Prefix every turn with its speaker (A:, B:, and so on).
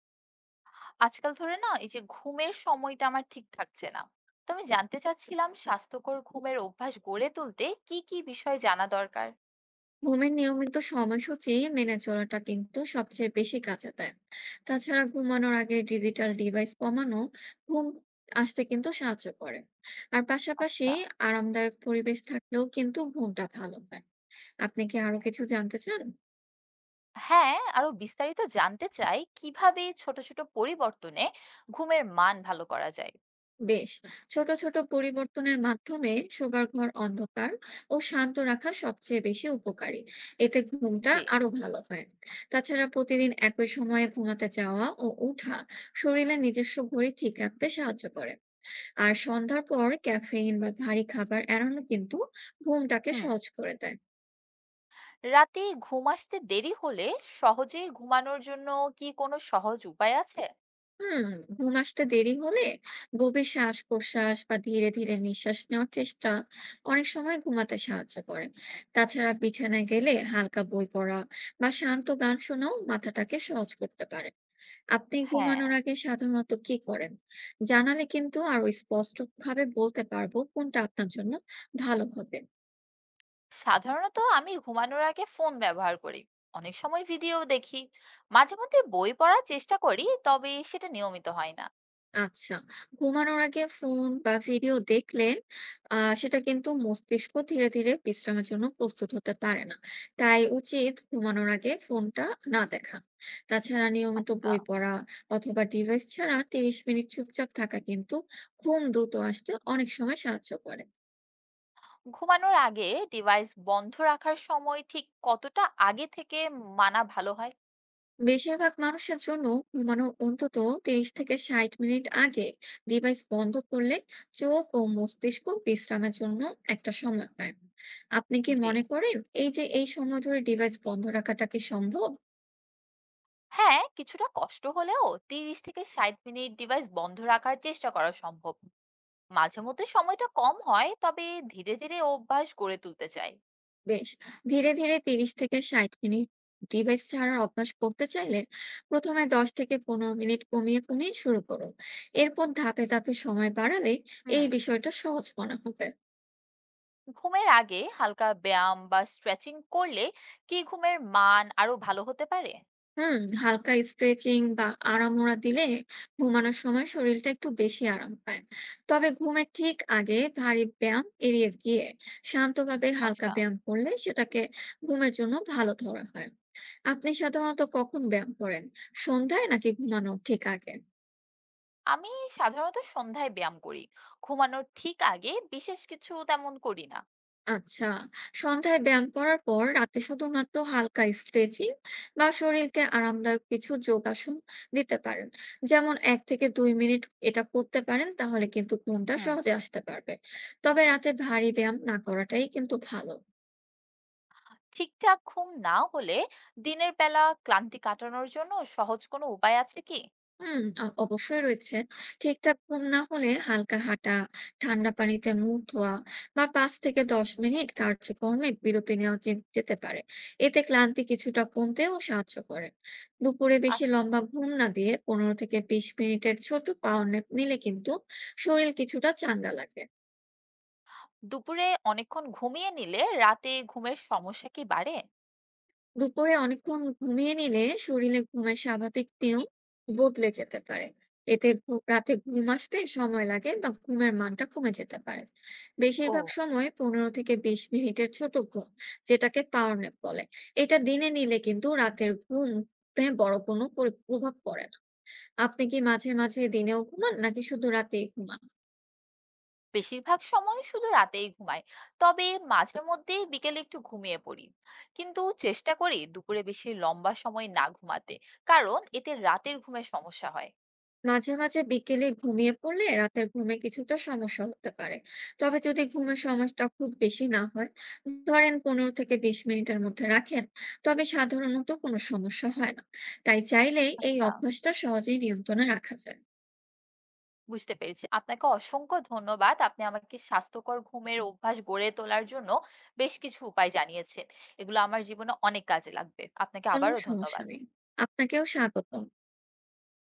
A: আজকাল ধরে না এই যে ঘুমের সময়টা আমার ঠিক থাকছে না। তো আমি জানতে চাচ্ছিলাম স্বাস্থ্যকর ঘুমের অভ্যাস গড়ে তুলতে কি, কি বিষয় জানা দরকার?
B: ঘুমের নিয়মিত সময়সূচি মেনে চলাটা কিন্তু সবচেয়ে বেশি কাজে দেয়। তাছাড়া ঘুমানোর আগে ডিজিটাল ডিভাইস কমানো ঘুম আসতে কিন্তু সাহায্য করে। আর পাশাপাশি
A: আচ্ছা।
B: আরামদায়ক পরিবেশ থাকলেও কিন্তু ঘুমটা ভালো হয়। আপনি কি আরো কিছু জানতে চান?
A: হ্যাঁ, আরো বিস্তারিত জানতে চাই কিভাবে ছোট, ছোট পরিবর্তনে ঘুমের মান ভালো করা যায়?
B: বেশ, ছোট ছোট পরিবর্তনের মাধ্যমে শোবার ঘর অন্ধকার ও শান্ত রাখা সবচেয়ে বেশি উপকারী। এতে ঘুমটা
A: জি।
B: আরো ভালো হয়। তাছাড়া প্রতিদিন একই সময়ে ঘুমাতে যাওয়া ও ওঠা শরীরের নিজস্ব ঘড়ি ঠিক রাখতে সাহায্য করে। আর সন্ধ্যার পর ক্যাফেইন বা ভারী খাবার এড়ানো কিন্তু ঘুমটাকে
A: হুম,
B: সহজ করে দেয়।
A: রাতে ঘুম আসতে দেরি হলে সহজে ঘুমানোর জন্য কি কোনো সহজ উপায় আছে?
B: হুম, ঘুম আসতে দেরি হলে গভীর শ্বাস-প্রশ্বাস বা ধীরে ধীরে নিঃশ্বাস নেওয়ার চেষ্টা অনেক সময় ঘুমাতে সাহায্য করে। তাছাড়া বিছানায় গেলে হালকা বই পড়া বা শান্ত গান শোনাও মাথাটাকে সহজ করতে পারে। আপনি
A: হ্যাঁ।
B: ঘুমানোর আগে সাধারণত কি করেন জানালে কিন্তু আরো স্পষ্ট ভাবে বলতে পারবো কোনটা আপনার জন্য ভালো হবে।
A: সাধারণত আমি ঘুমানোর আগে ফোন ব্যবহার করি, অনেক সময় ভিডিও দেখি, মাঝে মধ্যে বই পড়ার চেষ্টা করি, তবে সেটা নিয়মিত হয় না।
B: আচ্ছা, ঘুমানোর আগে ফোন বা ভিডিও দেখলে আ সেটা কিন্তু মস্তিষ্ক ধীরে, ধীরে বিশ্রামের জন্য প্রস্তুত হতে পারে না। তাই উচিত ঘুমানোর আগে ফোনটা না দেখা। তাছাড়া নিয়মিত
A: আচ্ছা,
B: বই পড়া অথবা ডিভাইস ছাড়া ৩০ মিনিট চুপচাপ থাকা কিন্তু ঘুম দ্রুত আসতে অনেক সময় সাহায্য করে।
A: ঘুমানোর আগে ডিভাইস বন্ধ রাখার সময় ঠিক কতটা আগে থেকে মানা ভালো হয়?
B: বেশিরভাগ মানুষের জন্য ঘুমানোর অন্তত 30 থেকে 60 মিনিট আগে ডিভাইস বন্ধ করলে চোখ ও মস্তিষ্ক বিশ্রামের জন্য একটা সময় পায়। আপনি কি
A: জি,
B: মনে করেন এই যে এই সময় ধরে ডিভাইস বন্ধ রাখাটা কি সম্ভব?
A: হ্যাঁ, কিছুটা কষ্ট হলেও 30 থেকে 60 মিনিট ডিভাইস বন্ধ রাখার চেষ্টা করা সম্ভব। মাঝে মধ্যে সময়টা কম হয়, তবে ধীরে ধীরে অভ্যাস গড়ে তুলতে চাই।
B: বেশ, ধীরে ধীরে 30 থেকে 60 মিনিট ডিভাইস ছাড়ার অভ্যাস করতে চাইলে প্রথমে 10 থেকে 15 মিনিট কমিয়ে কমিয়ে শুরু করুন। এরপর ধাপে ধাপে সময় বাড়ালে
A: হুম,
B: এই বিষয়টা সহজ মনে হবে।
A: ঘুমের আগে হালকা ব্যায়াম বা স্ট্রেচিং করলে কি ঘুমের মান আরো ভালো হতে পারে?
B: হুম, হালকা স্ট্রেচিং বা আড়ামোড়া দিলে ঘুমানোর সময় শরীরটা একটু বেশি আরাম পায়। তবে ঘুমের ঠিক আগে ভারী ব্যায়াম এড়িয়ে গিয়ে শান্তভাবে হালকা
A: আচ্ছা,
B: ব্যায়াম করলে সেটাকে ঘুমের জন্য ভালো ধরা হয়। আপনি সাধারণত কখন ব্যায়াম করেন, সন্ধ্যায় নাকি ঘুমানোর ঠিক আগে?
A: আমি সাধারণত সন্ধ্যায় ব্যায়াম করি, ঘুমানোর ঠিক আগে বিশেষ কিছু তেমন করি না।
B: আচ্ছা, সন্ধ্যায় ব্যায়াম করার পর রাতে শুধুমাত্র হালকা স্ট্রেচিং বা শরীরকে আরামদায়ক কিছু যোগাসন দিতে পারেন। যেমন 1 থেকে 2 মিনিট এটা করতে পারেন, তাহলে কিন্তু ঘুমটা
A: হুম,
B: সহজে আসতে পারবে। তবে রাতে ভারী ব্যায়াম না করাটাই কিন্তু ভালো।
A: ঠিকঠাক ঘুম না হলে দিনের বেলা ক্লান্তি কাটানোর জন্য সহজ কোনো উপায় আছে কি?
B: হুম, অবশ্যই রয়েছে। ঠিকঠাক ঘুম না হলে হালকা হাঁটা, ঠান্ডা পানিতে মুখ ধোয়া বা ৫ থেকে ১০ মিনিট কার্যক্রমে বিরতি নেওয়া যেতে পারে। এতে ক্লান্তি কিছুটা কমতেও সাহায্য করে। দুপুরে বেশি
A: আচ্ছা,
B: লম্বা ঘুম না দিয়ে ১৫ থেকে ২০ মিনিটের ছোট পাওয়ার ন্যাপ নিলে কিন্তু শরীর কিছুটা চাঙ্গা লাগে।
A: দুপুরে অনেকক্ষণ ঘুমিয়ে নিলে রাতে ঘুমের সমস্যা কি বাড়ে?
B: দুপুরে অনেকক্ষণ ঘুমিয়ে নিলে শরীরে ঘুমের স্বাভাবিক নিয়ম বদলে যেতে পারে। এতে রাতে ঘুম আসতে সময় লাগে বা ঘুমের মানটা কমে যেতে পারে।
A: ও,
B: বেশিরভাগ সময় 15 থেকে 20 মিনিটের ছোট ঘুম, যেটাকে পাওয়ার ন্যাপ বলে, এটা দিনে নিলে কিন্তু রাতের ঘুম বড় কোনো প্রভাব পড়ে না। আপনি কি মাঝে মাঝে দিনেও ঘুমান নাকি শুধু রাতেই ঘুমান?
A: বেশিরভাগ সময় শুধু রাতেই ঘুমাই। তবে মাঝে মধ্যে বিকেলে একটু ঘুমিয়ে পড়ি। কিন্তু চেষ্টা করি দুপুরে বেশি লম্বা সময় না ঘুমাতে। কারণ এতে রাতের ঘুমের সমস্যা হয়।
B: মাঝে মাঝে বিকেলে ঘুমিয়ে পড়লে রাতের ঘুমে কিছুটা সমস্যা হতে পারে। তবে যদি ঘুমের সময়টা খুব বেশি না হয়, ধরেন 15 থেকে 20 মিনিটের মধ্যে রাখেন, তবে সাধারণত কোনো সমস্যা হয় না। তাই চাইলেই এই
A: আচ্ছা,
B: অভ্যাসটা সহজেই নিয়ন্ত্রণে রাখা যায়।
A: বুঝতে পেরেছি। আপনাকে অসংখ্য ধন্যবাদ। আপনি আমাকে স্বাস্থ্যকর ঘুমের অভ্যাস গড়ে তোলার জন্য বেশ কিছু উপায় জানিয়েছেন। এগুলো আমার জীবনে অনেক কাজে লাগবে। আপনাকে
B: কোনো
A: আবারও
B: সমস্যা
A: ধন্যবাদ।
B: নেই, আপনাকেও স্বাগত।